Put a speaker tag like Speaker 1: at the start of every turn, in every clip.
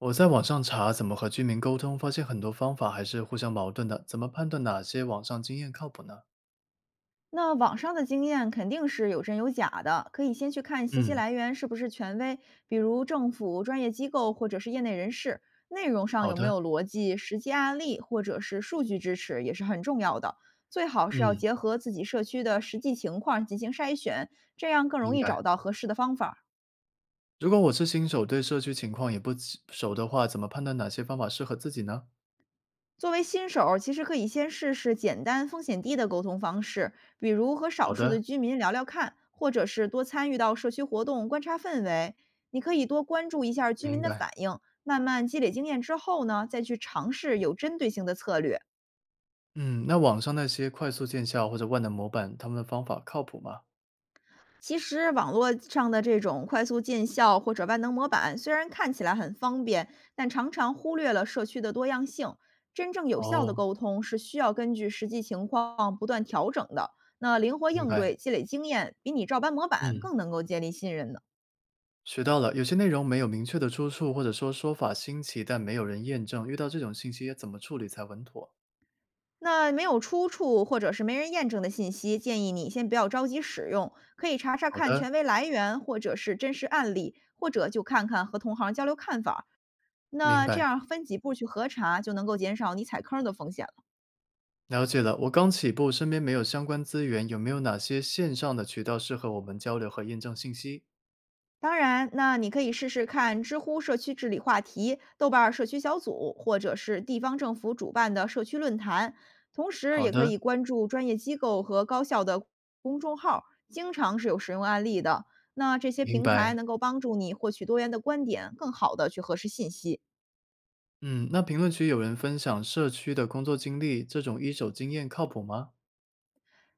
Speaker 1: 我在网上查怎么和居民沟通，发现很多方法还是互相矛盾的。怎么判断哪些网上经验靠谱呢？
Speaker 2: 那网上的经验肯定是有真有假的，可以先去看信息
Speaker 1: 嗯，
Speaker 2: 来源是不是权威，比如政府、专业机构或者是业内人士，内容上
Speaker 1: 好
Speaker 2: 有没
Speaker 1: 的，
Speaker 2: 有逻辑、实际案例或者是数据支持也是很重要的。最好是要
Speaker 1: 嗯
Speaker 2: 结合自己社区的实际情况进行筛选，这样更容
Speaker 1: 明
Speaker 2: 易
Speaker 1: 白。
Speaker 2: 找到合适的方法儿。
Speaker 1: 如果我是新手，对社区情况也不起熟的话，怎么判断哪些方法适合自己呢？
Speaker 2: 作为新手儿其实可以先试试简单、风险低的沟通方式，比如和少
Speaker 1: 好
Speaker 2: 数的
Speaker 1: 的，
Speaker 2: 居民聊聊看，或者是多参与到社区活动，观察氛围。你可以多关注一下居民
Speaker 1: 明
Speaker 2: 的
Speaker 1: 白。
Speaker 2: 反应，慢慢积累经验之后呢，再去尝试有针对性的策略。
Speaker 1: 嗯，那网上那些快速见效或者万能模板，他们的方法靠谱吗？
Speaker 2: 其实网络上的这种快速见效或者万能模板，虽然看起来很方便，但常常忽略了社区的多样性。真正有效的
Speaker 1: 哦，
Speaker 2: 沟通是需要根据实际情况不断调整的。那灵活
Speaker 1: 明
Speaker 2: 应
Speaker 1: 白。
Speaker 2: 对、积累经验，比你照搬模板
Speaker 1: 嗯，
Speaker 2: 更能够建立信任呢。
Speaker 1: 学到了。有些内容没有明确的出处，或者说说法新奇，但没有人验证，遇到这种信息要怎么处理才稳妥？
Speaker 2: 那没有出处或者是没人验证的信息，建议你先不要着急使用，可以查查
Speaker 1: 好
Speaker 2: 看
Speaker 1: 的，
Speaker 2: 权威来源，或者是真实案例，或者就看看和同行交流看法儿。
Speaker 1: 明
Speaker 2: 那这
Speaker 1: 白。
Speaker 2: 样分几步去核查，就能够减少你踩坑儿的风险了。
Speaker 1: 了解了，我刚起步，身边没有相关资源，有没有哪些线上的渠道适合我们交流和验证信息？
Speaker 2: 当然，那你可以试试看知乎社区治理话题、豆瓣儿社区小组，或者是地方政府主办的社区论坛。同时，
Speaker 1: 好
Speaker 2: 也可
Speaker 1: 的，
Speaker 2: 以关注专业机构和高校的公众号儿，经常是有实用案例的。那这些
Speaker 1: 明
Speaker 2: 平台
Speaker 1: 白。
Speaker 2: 能够帮助你获取多元的观点，更好的去核实信息。
Speaker 1: 嗯，那评论区有人分享社区的工作经历，这种一手经验靠谱吗？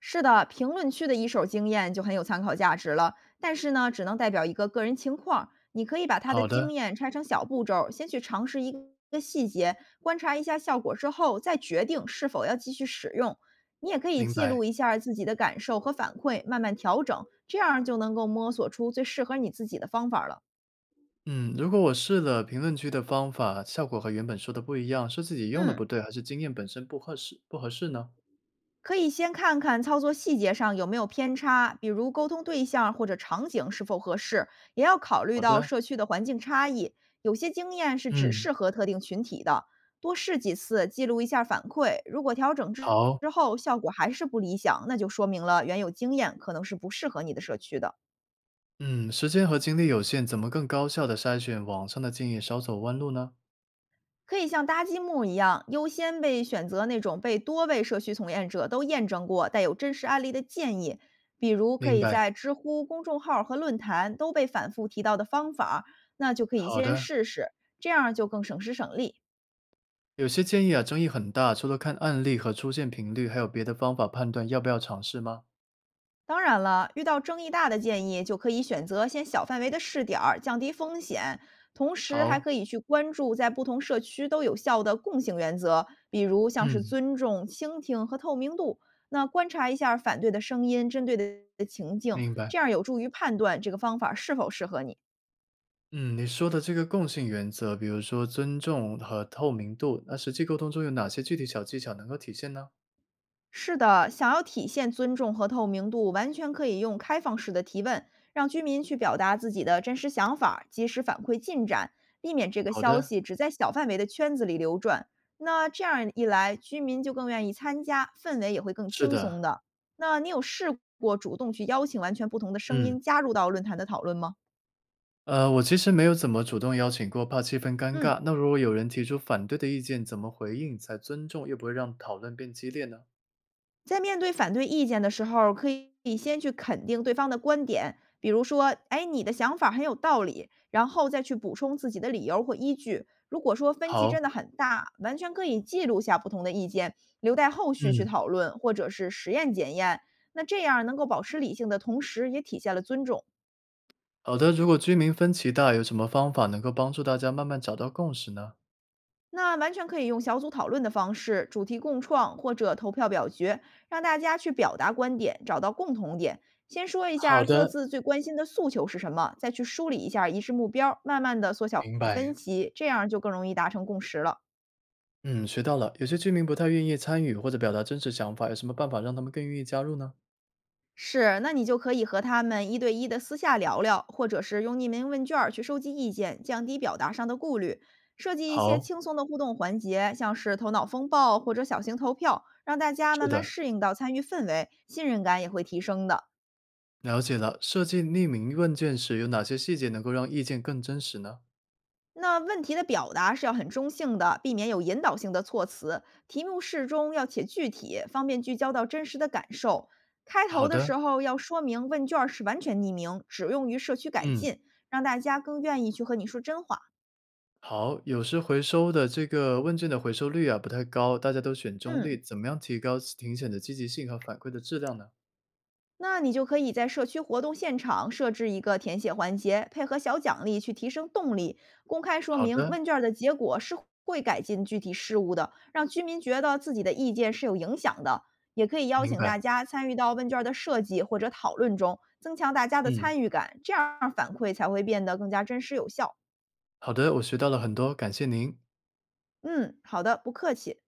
Speaker 2: 是的，评论区的一手经验就很有参考价值了，但是呢，只能代表一个个人情况。你可以把他的
Speaker 1: 好
Speaker 2: 经
Speaker 1: 的，
Speaker 2: 验拆成小步骤儿先去尝试一个细节，观察一下效果之后，再决定是否要继续使用。你也可以
Speaker 1: 明
Speaker 2: 记
Speaker 1: 白。
Speaker 2: 录一下儿自己的感受和反馈，慢慢调整，这样就能够摸索出最适合你自己的方法儿了。
Speaker 1: 嗯，如果我试了评论区的方法，效果和原本说的不一样，是自己用的不
Speaker 2: 嗯。
Speaker 1: 对，还是经验本身不合适呢？
Speaker 2: 可以先看看操作细节上有没有偏差，比如沟通对象或者场景是否合适，也要考虑
Speaker 1: 好
Speaker 2: 到
Speaker 1: 的，
Speaker 2: 社区的环境差异。有些经验是只
Speaker 1: 嗯，
Speaker 2: 适合特定群体的，多试几次，记录一下反馈。如果调整之
Speaker 1: 好，
Speaker 2: 之后效果还是不理想，那就说明了原有经验可能是不适合你的社区的。
Speaker 1: 嗯，时间和精力有限，怎么更高效的筛选网上的建议，少走弯路呢？
Speaker 2: 可以像搭积木一样，优先被选择那种被多位社区从业者都验证过、带有真实案例的建议，比如可
Speaker 1: 明
Speaker 2: 以
Speaker 1: 白。
Speaker 2: 在知乎公众号和论坛都被反复提到的方法儿。那就可以
Speaker 1: 好
Speaker 2: 先
Speaker 1: 的。
Speaker 2: 试试，这样就更省时省力。
Speaker 1: 有些建议啊，争议很大，除了看案例和出现频率，还有别的方法判断要不要尝试吗？
Speaker 2: 当然了，遇到争议大的建议，就可以选择先小范围的试点儿，降低风险。同时，还
Speaker 1: 好，
Speaker 2: 可以去关注在不同社区都有效的共性原则，比如像是
Speaker 1: 嗯，
Speaker 2: 尊重、倾听和透明度。那观察一下反对的声音，针对的情境，
Speaker 1: 明白。
Speaker 2: 这样有助于判断这个方法是否适合你。
Speaker 1: 嗯，你说的这个共性原则，比如说尊重和透明度，那实际沟通中有哪些具体小技巧能够体现呢？
Speaker 2: 是的，想要体现尊重和透明度，完全可以用开放式的提问，让居民去表达自己的真实想法，及时反馈进展，避免这个
Speaker 1: 好
Speaker 2: 消
Speaker 1: 的，
Speaker 2: 息只在小范围的圈子里流转。那这样一来，居民就更愿意参加，氛围也会更
Speaker 1: 是
Speaker 2: 轻松
Speaker 1: 的，
Speaker 2: 的。那你有试过主动去邀请完全不同的声
Speaker 1: 嗯，
Speaker 2: 音加入到论坛的讨论吗？
Speaker 1: 我其实没有怎么主动邀请过，怕气氛尴尬。
Speaker 2: 嗯。
Speaker 1: 那如果有人提出反对的意见，怎么回应才尊重又不会让讨论变激烈呢？
Speaker 2: 在面对反对意见的时候，可以先去肯定对方的观点，比如说，哎，你的想法很有道理，然后再去补充自己的理由或依据。如果说分歧
Speaker 1: 好，
Speaker 2: 真的很大，完全可以记录下不同的意见，留待后续去
Speaker 1: 嗯。
Speaker 2: 讨论或者是实验检验。那这样能够保持理性的同时，也体现了尊重。
Speaker 1: 好的，如果居民分歧大，有什么方法能够帮助大家慢慢找到共识呢？
Speaker 2: 那完全可以用小组讨论的方式，主题共创或者投票表决，让大家去表达观点，找到共同点。先说一
Speaker 1: 好
Speaker 2: 下各
Speaker 1: 的，
Speaker 2: 自最关心的诉求是什么，再去梳理一下一致目标，慢慢的缩小
Speaker 1: 明
Speaker 2: 分
Speaker 1: 白。
Speaker 2: 歧，这样就更容易达成共识了。
Speaker 1: 嗯，学到了。有些居民不太愿意参与或者表达真实想法，有什么办法让他们更愿意加入呢？
Speaker 2: 是，那你就可以和他们一对一的私下聊聊，或者是用匿名问卷儿去收集意见，降低表达上的顾虑。设计一些
Speaker 1: 好，
Speaker 2: 轻松的互动环节，像是头脑风暴或者小型投票，让大家
Speaker 1: 是
Speaker 2: 慢慢
Speaker 1: 的，
Speaker 2: 适应到参与氛围，信任感也会提升的。
Speaker 1: 了解了。设计匿名问卷时，有哪些细节能够让意见更真实呢？
Speaker 2: 那问题的表达是要很中性的，避免有引导性的措辞。题目适中，要且具体，方便聚焦到真实的感受。开
Speaker 1: 好
Speaker 2: 头的
Speaker 1: 的，
Speaker 2: 时候要说明问卷儿是完全匿名，只用于社区改
Speaker 1: 嗯，
Speaker 2: 进，让大家更愿意去和你说真话。
Speaker 1: 好，有时回收的这个问卷的回收率啊不太高，大家都选中立，
Speaker 2: 嗯，
Speaker 1: 怎么样提高评选的积极性和反馈的质量呢？
Speaker 2: 那你就可以在社区活动现场设置一个填写环节，配合小奖励去提升动力。公开说
Speaker 1: 好
Speaker 2: 明
Speaker 1: 的，
Speaker 2: 问卷儿的结果是会改进具体事务的，让居民觉得自己的意见是有影响的。也可以邀
Speaker 1: 明
Speaker 2: 请
Speaker 1: 白。
Speaker 2: 大家参与到问卷儿的设计或者讨论中，增强大家的
Speaker 1: 嗯。
Speaker 2: 参与感，这样反馈才会变得更加真实有效。
Speaker 1: 好的，我学到了很多，感谢您。
Speaker 2: 嗯，好的，不客气。